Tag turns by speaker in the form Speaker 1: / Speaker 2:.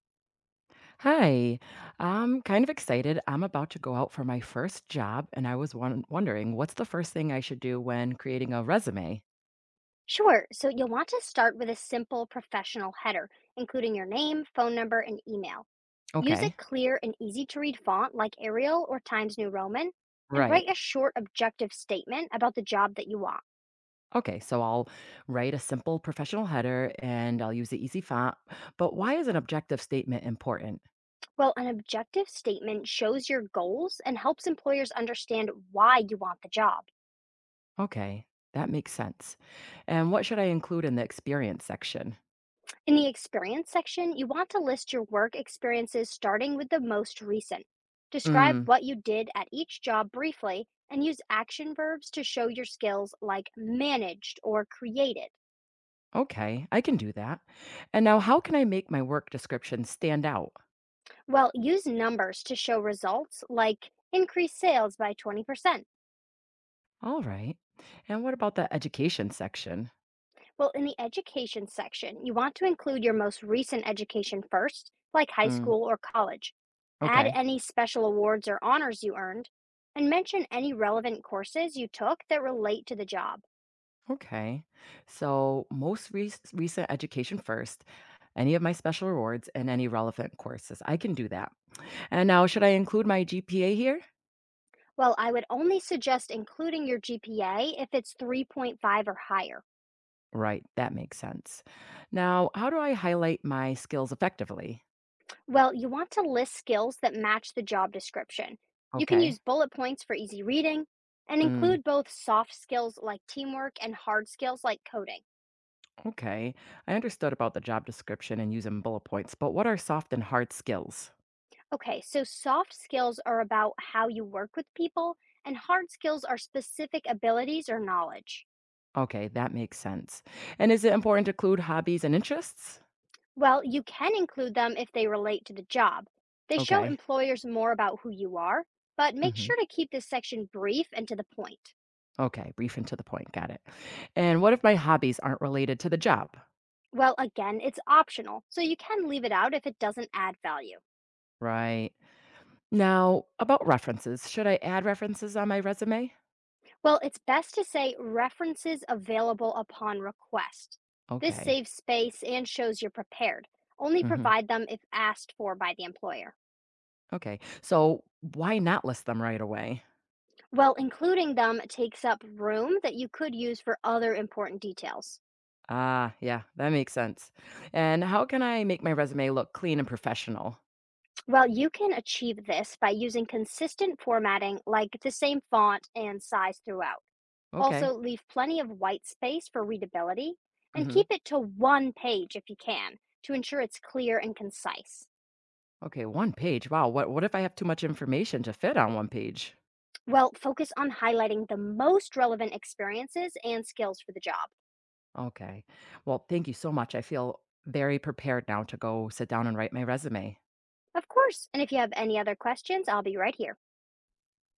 Speaker 1: Hi, I'm kind of excited. I'm about to go out for my first job, and wondering what's the first thing I should do when creating a resume?
Speaker 2: Sure. So you'll want to start with a simple professional header, including your name, phone number, and email. Use a
Speaker 1: Okay,
Speaker 2: clear and easy to read font like Arial or Times New Roman, and
Speaker 1: right.
Speaker 2: write a short objective statement about the job that you want.
Speaker 1: Okay, so I'll write a simple professional header and I'll use the easy font. But why is an objective statement important?
Speaker 2: Well, an objective statement shows your goals and helps employers understand why you want the job.
Speaker 1: Okay, that makes sense. And what should I include in the experience section?
Speaker 2: In the experience section, you want to list your work experiences starting with the most recent. Describe
Speaker 1: Mm,
Speaker 2: what you did at each job briefly and use action verbs to show your skills like managed or created.
Speaker 1: okay, I can do that. And now, how can I make my work description stand out?
Speaker 2: Well, use numbers to show results like increased sales by 20%.
Speaker 1: All right. And what about the education section?
Speaker 2: Well, in the education section, you want to include your most recent education first, like high
Speaker 1: Mm,
Speaker 2: school or college. Add
Speaker 1: okay,
Speaker 2: any special awards or honors you earned, and mention any relevant courses you took that relate to the job.
Speaker 1: okay. So, most rec recent education first, any of my special rewards, and any relevant courses. I can do that. And now, should I include my GPA here?
Speaker 2: Well, I would only suggest including your GPA if it's 3.5 or higher.
Speaker 1: Right, that makes sense. Now, how do I highlight my skills effectively?
Speaker 2: Well, you want to list skills that match the job description. You can use
Speaker 1: Okay.
Speaker 2: bullet points for easy reading and
Speaker 1: Mm,
Speaker 2: include both soft skills like teamwork and hard skills like coding.
Speaker 1: okay. I understood about the job description and using bullet points, but what are soft and hard skills?
Speaker 2: Okay, so soft skills are about how you work with people, and hard skills are specific abilities or knowledge.
Speaker 1: Okay, that makes sense. And is it important to include hobbies and interests?
Speaker 2: Well, you can include them if they relate to the job. They show
Speaker 1: Okay.
Speaker 2: employers more about who you are, but make
Speaker 1: Hmm.
Speaker 2: sure to keep this section brief and to the point.
Speaker 1: Okay, brief and to the point. Got it. And what if my hobbies aren't related to the job?
Speaker 2: Well, again, it's optional, so you can leave it out if it doesn't add value.
Speaker 1: Right. Now, about references, should I add references on my resume?
Speaker 2: Well, it's best to say references available upon request. This
Speaker 1: Okay.
Speaker 2: saves space and shows you're prepared. Only
Speaker 1: Hmm.
Speaker 2: provide them if asked for by the employer.
Speaker 1: Okay. So, why not list them right away?
Speaker 2: Well, including them takes up room that you could use for other important details.
Speaker 1: Ah, yeah, that makes sense. And how can I make my resume look clean and professional?
Speaker 2: Well, you can achieve this by using consistent formatting like the same font and size throughout. Also,
Speaker 1: Okay.
Speaker 2: leave plenty of white space for readability and
Speaker 1: Hmm.
Speaker 2: keep it to one page if you can to ensure it's clear and concise.
Speaker 1: Okay, one page. Wow. What if I have too much information to fit on one page?
Speaker 2: Well, focus on highlighting the most relevant experiences and skills for the job.
Speaker 1: Okay. Well, thank you so much. I feel very prepared now to go sit down and write my resume.
Speaker 2: Of course, and if you have any other questions, I'll be right here.